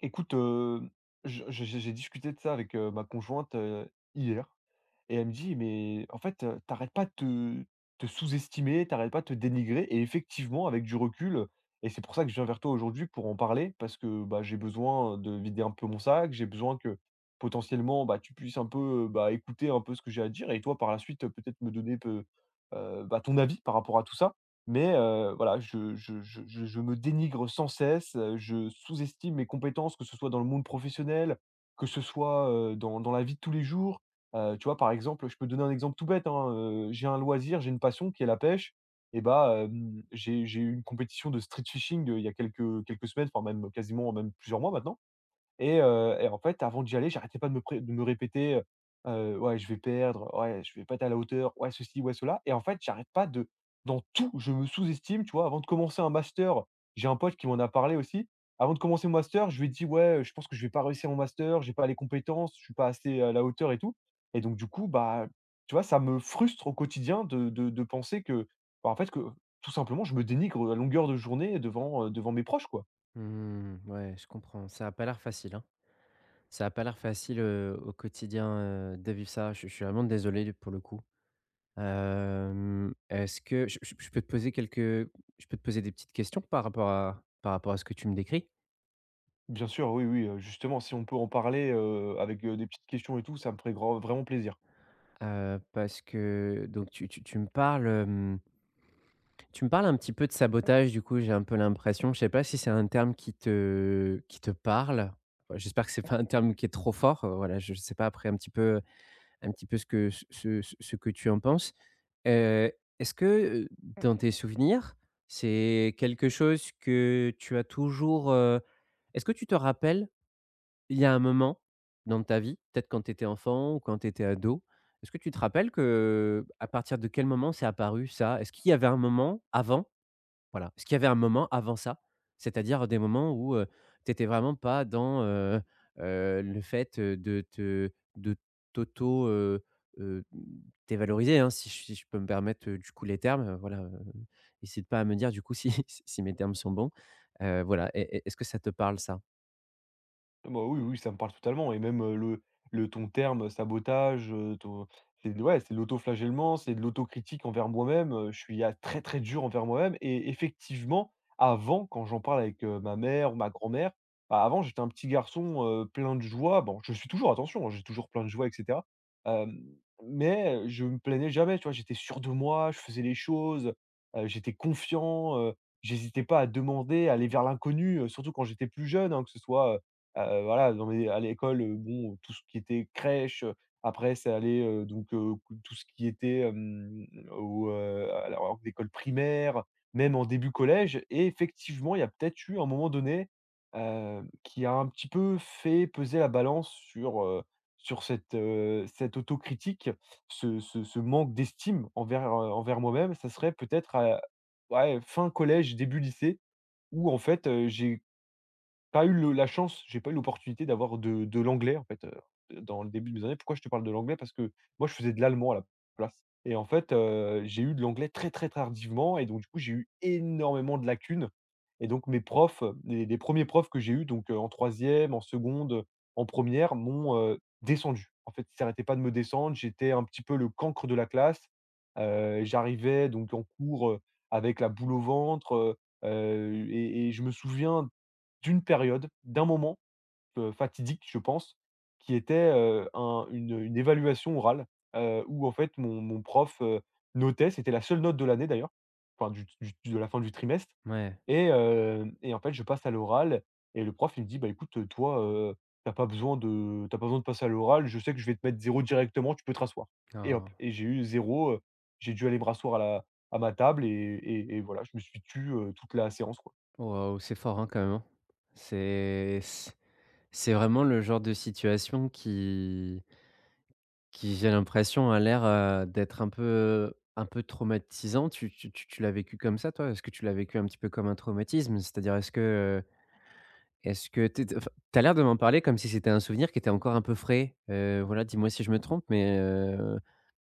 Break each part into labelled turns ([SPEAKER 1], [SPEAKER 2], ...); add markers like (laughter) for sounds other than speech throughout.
[SPEAKER 1] Écoute, je j'ai discuté de ça avec, ma conjointe, hier et elle me dit: «Mais en fait, tu pas de te te sous-estimer, t'arrêtes pas de te dénigrer» et effectivement, avec du recul, et c'est pour ça que je viens vers toi aujourd'hui pour en parler parce que, bah, j'ai besoin, de vider un peu mon sac, j'ai besoin que potentiellement, bah, tu puisses un peu, bah, écouter un peu ce que j'ai à dire et toi par la suite, peut-être me donner peu, bah, ton avis par rapport à tout ça. Mais voilà, je me dénigre sans cesse, je sous-estime mes compétences, que ce soit dans le monde professionnel, que ce soit, dans la vie de tous les jours. Tu vois, par exemple, je peux donner un exemple tout bête, hein, j'ai un loisir, j'ai une passion qui est la pêche et bah, j'ai eu une compétition de street fishing, il y a quelques semaines, enfin même quasiment même plusieurs mois maintenant et en fait, avant d'y aller, j'arrêtais pas de me pré de me répéter, «Ouais, je vais perdre, ouais, je vais pas être à la hauteur, ouais, ceci, ouais, cela» et en fait, j'arrête pas de dans tout, je me sous-estime, tu vois? Avant de commencer un master, j'ai un pote qui m'en a parlé aussi. Avant de commencer mon master, je lui ai dit: «Ouais, je pense que je vais pas réussir mon master, j'ai pas les compétences, je suis pas assez à la hauteur et tout» et donc du coup, bah, tu vois, ça me frustre au quotidien de penser que, bah, en fait, que tout simplement, je me dénigre à longueur de journée devant, devant mes proches, quoi.
[SPEAKER 2] Mmh, ouais, je comprends. Ça a pas l'air facile, hein. Ça a pas l'air facile, au quotidien, de vivre ça. Je suis vraiment désolé pour le coup. Est-ce que je peux te poser quelques je peux te poser des petites questions par rapport à ce que tu me décris?
[SPEAKER 1] Bien sûr, oui, oui, justement, si on peut en parler, avec, des petites questions et tout, ça me ferait grand vraiment plaisir.
[SPEAKER 2] Parce que donc tu me parles, tu me parles un petit peu de sabotage, du coup, j'ai un peu l'impression. Je sais pas si c'est un terme qui te parle? Ouais, j'espère que c'est pas un terme qui est trop fort, voilà, je sais pas après un petit peu ce que ce que tu en penses. Heu, Est-ce que, mmh, dans tes souvenirs, c'est quelque chose que tu as toujours, est-ce que tu te rappelles, il y a un moment dans ta vie, peut-être quand tu étais enfant ou quand tu étais ado, est-ce que tu te rappelles que, à partir de quel moment c'est apparu ça? Est-ce qu'il y avait un moment avant voilà. Parce qu'il y avait un moment avant ça, c'est-à-dire des moments où, tu étais vraiment pas dans, le fait, de te de t'auto, heu, dévaloriser, hein, si je peux me permettre, du coup, les termes, voilà, hésite pas à me dire, du coup, si (laughs) si mes termes sont bons. Voilà, est-ce que ça te parle ça?
[SPEAKER 1] Ah bah, oui, oui, ça me parle totalement et même, le ton terme, sabotage, ton c'est de ouais, c'est de l'autoflagellement, c'est de l'autocritique envers moi-même, je suis a très, très dur envers moi-même et effectivement, avant, quand j'en parle avec, ma mère ou ma grand-mère, bah, avant, j'étais un petit garçon, plein de joie. Bon, je suis toujours, attention, hein, j'ai toujours plein de joie et cetera, hem, mais je me plaignais jamais, tu vois? J'étais sûr de moi, je faisais les choses, j'étais confiant, j'hésitais pas à demander, à aller vers l'inconnu, surtout quand j'étais plus jeune, hein, que ce soit, voilà, dans les à l'école, bon, tout ce qui était crèche, après c'est allé, donc q tout ce qui était, au, à la en école primaire, même en début collège et effectivement, il y a peut-être eu un moment donné, qui a un petit peu fait peser la balance sur, sur cette, cette autocritique, ce manque d'estime envers, envers moi-même. Ça serait peut-être à ouais, fin collège, début lycée où en fait, j'ai pas eu le la chance, j'ai pas eu l'opportunité d'avoir de l'anglais, en fait, dans le début de mes années. Pourquoi je te parle de l'anglais? Parce que moi, je faisais de l'allemand à la place et en fait, j'ai eu de l'anglais très, très tardivement et donc du coup, j'ai eu énormément de lacunes et donc mes profs, les 1 profs que j'ai eus donc, en troisième, en seconde, en première, m'ont, descendu. En fait, ils s'arrêtaient pas de me descendre, j'étais un petit peu le cancre de la classe. J'arrivais donc en cours, avec la boule au ventre, et je me souviens d'une période, d'un moment, fatidique, je pense, qui était, un une évaluation orale, où en fait mon prof, notait, c'était la seule note de l'année d'ailleurs, enfin du de la fin du trimestre
[SPEAKER 2] Ouais.
[SPEAKER 1] et hem et en fait je passe à l'oral et le prof il me dit: «Bah écoute, toi, tu pas besoin de t'as pas besoin de passer à l'oral, je sais que je vais te mettre zéro directement, tu peux te rasseoir» et hop
[SPEAKER 2] Ah,
[SPEAKER 1] et j'ai eu zéro. J'ai dû aller me rasseoir à la à ma table et voilà, je me suis tue, toute la séance, quoi.
[SPEAKER 2] waouh, c'est fort, hein, quand même, hein. C'est c'est vraiment le genre de situation qui, j'ai l'impression, a l'air, d'être un peu traumatisant. Tu tu l'as vécu comme ça, toi? Est-ce que tu l'as vécu un petit peu comme un traumatisme? C'est-à-dire, est-ce que tu enfin, tu l'air de m'en parler comme si c'était un souvenir qui était encore un peu frais. Voilà, dis-moi si je me trompe, mais,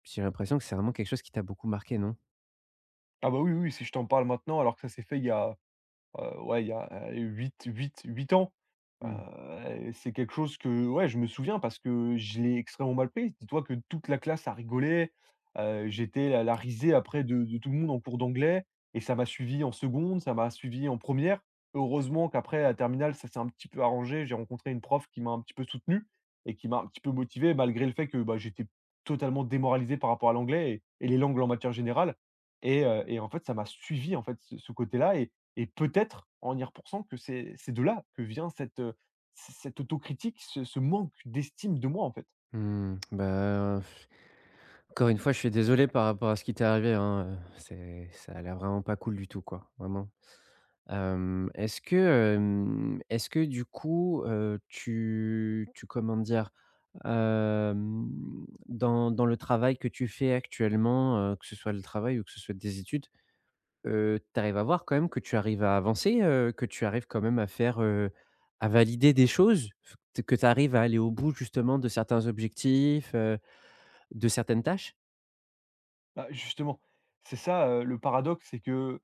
[SPEAKER 2] j'ai l'impression que c'est vraiment quelque chose qui t'a beaucoup marqué, non?
[SPEAKER 1] Ah bah, oui, oui, oui, si je t'en parle maintenant alors que ça s'est fait il y a ouais, il y a, huit ans.
[SPEAKER 2] Mmh.
[SPEAKER 1] C'est quelque chose que ouais, je me souviens parce que je l'ai extrêmement mal pris. Dis-toi que toute la classe a rigolé, j'étais la la risée après de tout le monde en cours d'anglais et ça m'a suivi en seconde, ça m'a suivi en première. Heureusement qu'après à terminale, ça s'est un petit peu arrangé. J'ai rencontré une prof qui m'a un petit peu soutenu et qui m'a un petit peu motivé malgré le fait que, bah, j'étais totalement démoralisé par rapport à l'anglais et les langues en matière générale et en fait, ça m'a suivi, en fait, ce côté-là et peut-être, en y repensant, que c'est de là que vient cette, c cette autocritique, ce ce manque d'estime de moi, en fait.
[SPEAKER 2] Mmh, bah, pff, encore une fois, je suis désolé par rapport à ce qui t'est arrivé, hein, c'est ça a l'air vraiment pas cool du tout, quoi, vraiment. Est-ce que du coup, tu comment dire? Dans le travail que tu fais actuellement, que ce soit le travail ou que ce soit des études, tu arrives à voir quand même que tu arrives à avancer, que tu arrives quand même à faire, à valider des choses? F Que tu arrives à aller au bout justement de certains objectifs, de certaines tâches?
[SPEAKER 1] Bah, justement, c'est ça, le paradoxe, c'est que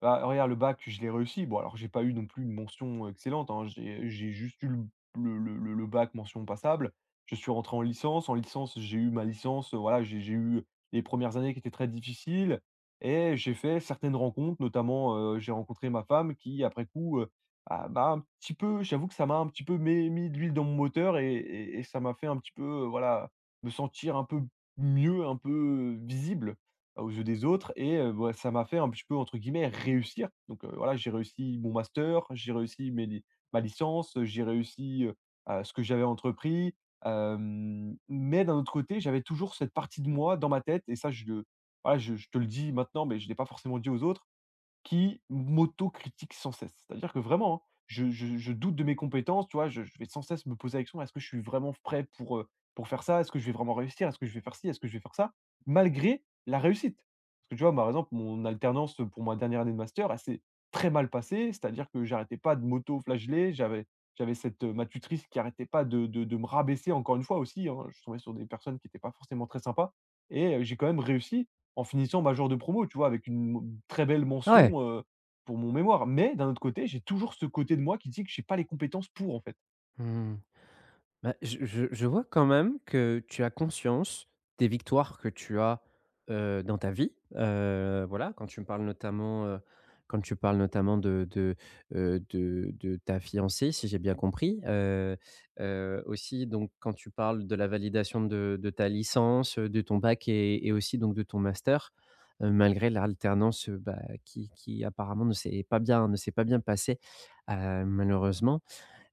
[SPEAKER 1] bah, regarde le bac, je l'ai réussi. Bon alors j'ai pas eu non plus une mention excellente, hein. J'ai juste eu le bac mention passable. Je suis rentré en licence. En licence, j'ai eu ma licence, voilà, j'ai eu les premières années qui étaient très difficiles et j'ai fait certaines rencontres, notamment, j'ai rencontré ma femme qui après coup, ah, m'a un petit peu j'avoue que ça m'a un petit peu mé mis de l'huile dans mon moteur et ça m'a fait un petit peu, voilà, me sentir un peu mieux, un peu visible aux yeux des autres et bah, ça m'a fait un petit peu entre guillemets «réussir». Donc, voilà, j'ai réussi mon master, j'ai réussi mes li ma licence, j'ai réussi, à ce que j'avais entrepris, mais d'un autre côté, j'avais toujours cette partie de moi dans ma tête et ça je le voilà, je te le dis maintenant, mais je ne l'ai pas forcément dit aux autres qui critique sans cesse. C'est-à-dire que vraiment, hein, je doute de mes compétences, tu vois? Je vais sans cesse me poser la question: «Est-ce que je suis vraiment prêt pour faire ça? Est-ce que je vais vraiment réussir? Est-ce que je vais faire ci? Est-ce que je vais faire ça?» malgré la réussite. Parce que tu vois, bah, par exemple, mon alternance, pour ma dernière année de master, elle s'est très mal passée. C'est-à-dire que j'arrêtais pas de m'auto-flageller. J'avais cette, ma tutrice qui arrêtait pas de me rabaisser encore une fois aussi, hein. Je tombais sur des personnes qui n'étaient pas forcément très sympas et j'ai quand même réussi en finissant major de promo, tu vois? Avec une très belle
[SPEAKER 2] Ah ouais!
[SPEAKER 1] mention, pour mon mémoire. Mais d'un autre côté, j'ai toujours ce côté de moi qui dit que j'ai pas les compétences pour, en fait.
[SPEAKER 2] Mmh. Bah, je vois quand même que tu as conscience des victoires que tu as, dans ta vie. Voilà, quand tu me parles notamment, quand tu parles notamment de ta fiancée, si j'ai bien compris. Aussi donc quand tu parles de la validation de ta licence, de ton bac et aussi donc de ton master, malgré l'alternance, bah, qui apparemment ne s'est pas bien passée, malheureusement.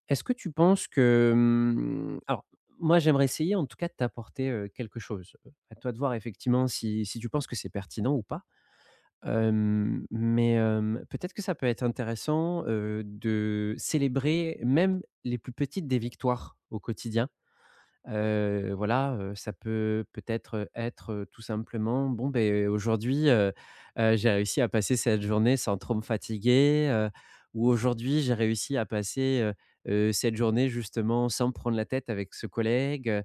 [SPEAKER 2] Est-ce que tu penses que, mmh, alors moi j'aimerais essayer en tout cas de t'apporter, quelque chose. À toi de voir effectivement si tu penses que c'est pertinent ou pas. Mais peut-être que ça peut être intéressant, de célébrer même les plus petites des victoires au quotidien. Voilà, ça peut peut-être, être, tout simplement: «Bon, beh, aujourd'hui, j'ai réussi à passer cette journée sans trop me fatiguer», ou «Aujourd'hui, j'ai réussi à passer, cette journée justement sans me prendre la tête avec ce collègue»,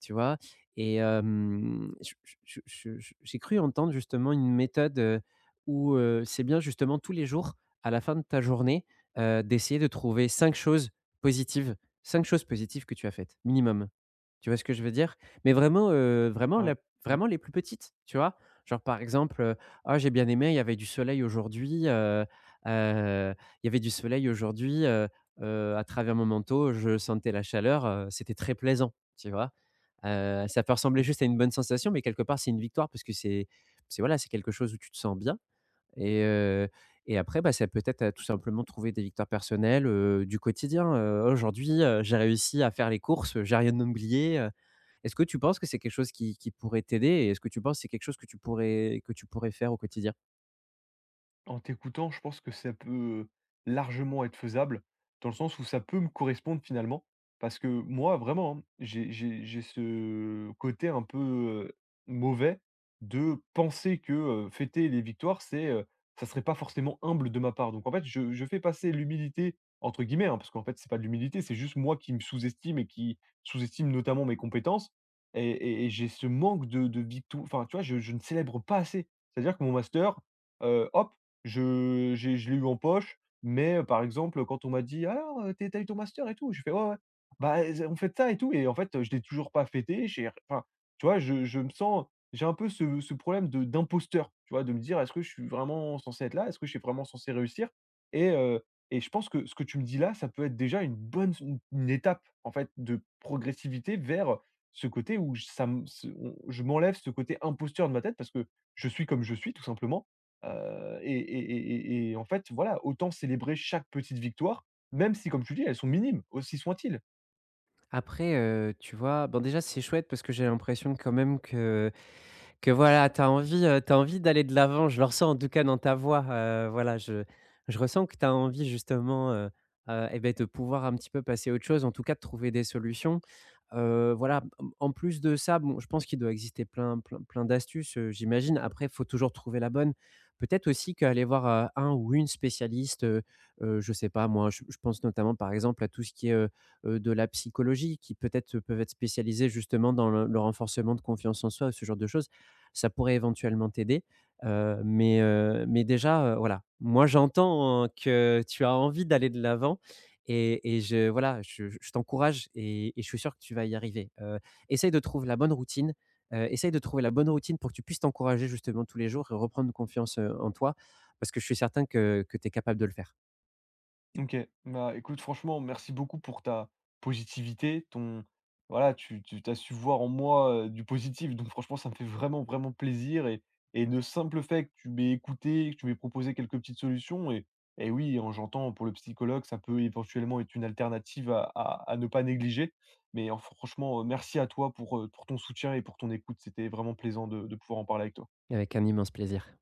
[SPEAKER 2] tu vois? Et je j'ai cru entendre justement une méthode, où, c'est bien justement tous les jours, à la fin de ta journée, d'essayer de trouver positives, 5 choses positives que tu as faites minimum. Tu vois ce que je veux dire? Mais vraiment, vraiment
[SPEAKER 1] Ouais.
[SPEAKER 2] la
[SPEAKER 1] Mmh. OK.
[SPEAKER 2] vraiment les plus petites, tu vois? Genre par exemple, «Ah j'ai bien aimé, il y avait du soleil aujourd'hui, heu, il y avait du soleil aujourd'hui, à travers mon manteau, je sentais la chaleur, c'était très plaisant», tu vois? Ça peut ressembler juste à une bonne sensation, mais quelque part c'est une victoire parce que c'est voilà, c'est quelque chose où tu te sens bien et heu et après, bah, ça peut être, tout simplement trouver des victoires personnelles, du quotidien, «Aujourd'hui, j'ai réussi à faire les courses, j'ai rien oublié, est-ce que tu penses que c'est quelque chose qui pourrait t'aider et est-ce que tu penses que c'est quelque chose que tu pourrais faire au quotidien?
[SPEAKER 1] En t'écoutant, je pense que ça peut, largement être faisable, dans le sens où ça peut me correspondre finalement. Parce que moi, vraiment, hein, j'ai ce côté un peu, heu, mauvais de penser que, fêter les victoires, c'est, ça serait pas forcément humble de ma part. Donc en fait, je fais passer «l'humilité» entre guillemets, hein, parce qu'en fait, c'est pas de l'humilité, c'est juste moi qui me sous-estime et qui sous-estime notamment mes compétences et j'ai ce manque de victo enfin, tu vois, je ne célèbre pas assez. C'est-à-dire que mon master, hop je j'ai je l'ai eu en poche, mais par exemple, quand on m'a dit: «Alors, tu eu ton master et tout?» J'ai fait: «Ouais, ouais». Bah, on fête ça et tout et en fait, je l'ai toujours pas fêté, j'ai enfin, tu vois, je me sens j'ai un peu ce problème de d'imposteur, tu vois? De me dire: «Est-ce que je suis vraiment censé être là? Est-ce que je suis vraiment censé réussir?» et heu et je pense que ce que tu me dis là, ça peut être déjà une bonne une étape, en fait, de progressivité vers, ce côté où j ça me ce on je m'enlève ce côté imposteur de ma tête parce que je suis comme je suis, tout simplement, et en fait, voilà, autant célébrer chaque petite victoire, même si, comme tu dis, elles sont minimes, aussi soient-ils.
[SPEAKER 2] Après, tu vois, bon déjà c'est chouette parce que j'ai l'impression quand même que voilà, tu as envie, tu envie d'aller de l'avant. Je le ressens en tout cas dans ta voix, voilà, je ressens que tu as envie justement, et beh, de pouvoir un petit peu passer à autre chose, en tout cas de trouver des solutions. Voilà, en plus de ça, bon, je pense qu'il doit exister plein d'astuces, j'imagine. Après, il faut toujours trouver la bonne. Peut-être aussi qu'aller voir, un ou une spécialiste, je sais pas moi, je pense notamment par exemple à tout ce qui est, de la psychologie qui peut-être, peuvent être spécialisés justement dans le renforcement de confiance en soi, ce genre de choses ça pourrait éventuellement t'aider. Mais mais déjà, voilà, moi j'entends hein, que tu as envie d'aller de l'avant et je voilà, je t'encourage et je suis sûr que tu vas y arriver. Essaye de trouver la bonne routine, essaye de trouver la bonne routine pour que tu puisses t'encourager justement tous les jours et reprendre confiance, en toi parce que je suis certain que tu es capable de le faire
[SPEAKER 1] OK. Bah, écoute, franchement, merci beaucoup pour ta positivité, ton voilà, tu tu as su voir en moi, du positif, donc franchement, ça me fait vraiment, vraiment plaisir et le simple fait que tu m'aies écouté, que tu m'aies proposé quelques petites solutions et oui, en j'entends pour le psychologue, ça peut éventuellement être une alternative à ne pas négliger, mais en franchement, merci à toi pour ton soutien et pour ton écoute. C'était vraiment plaisant de pouvoir en parler avec toi.
[SPEAKER 2] avec un immense plaisir.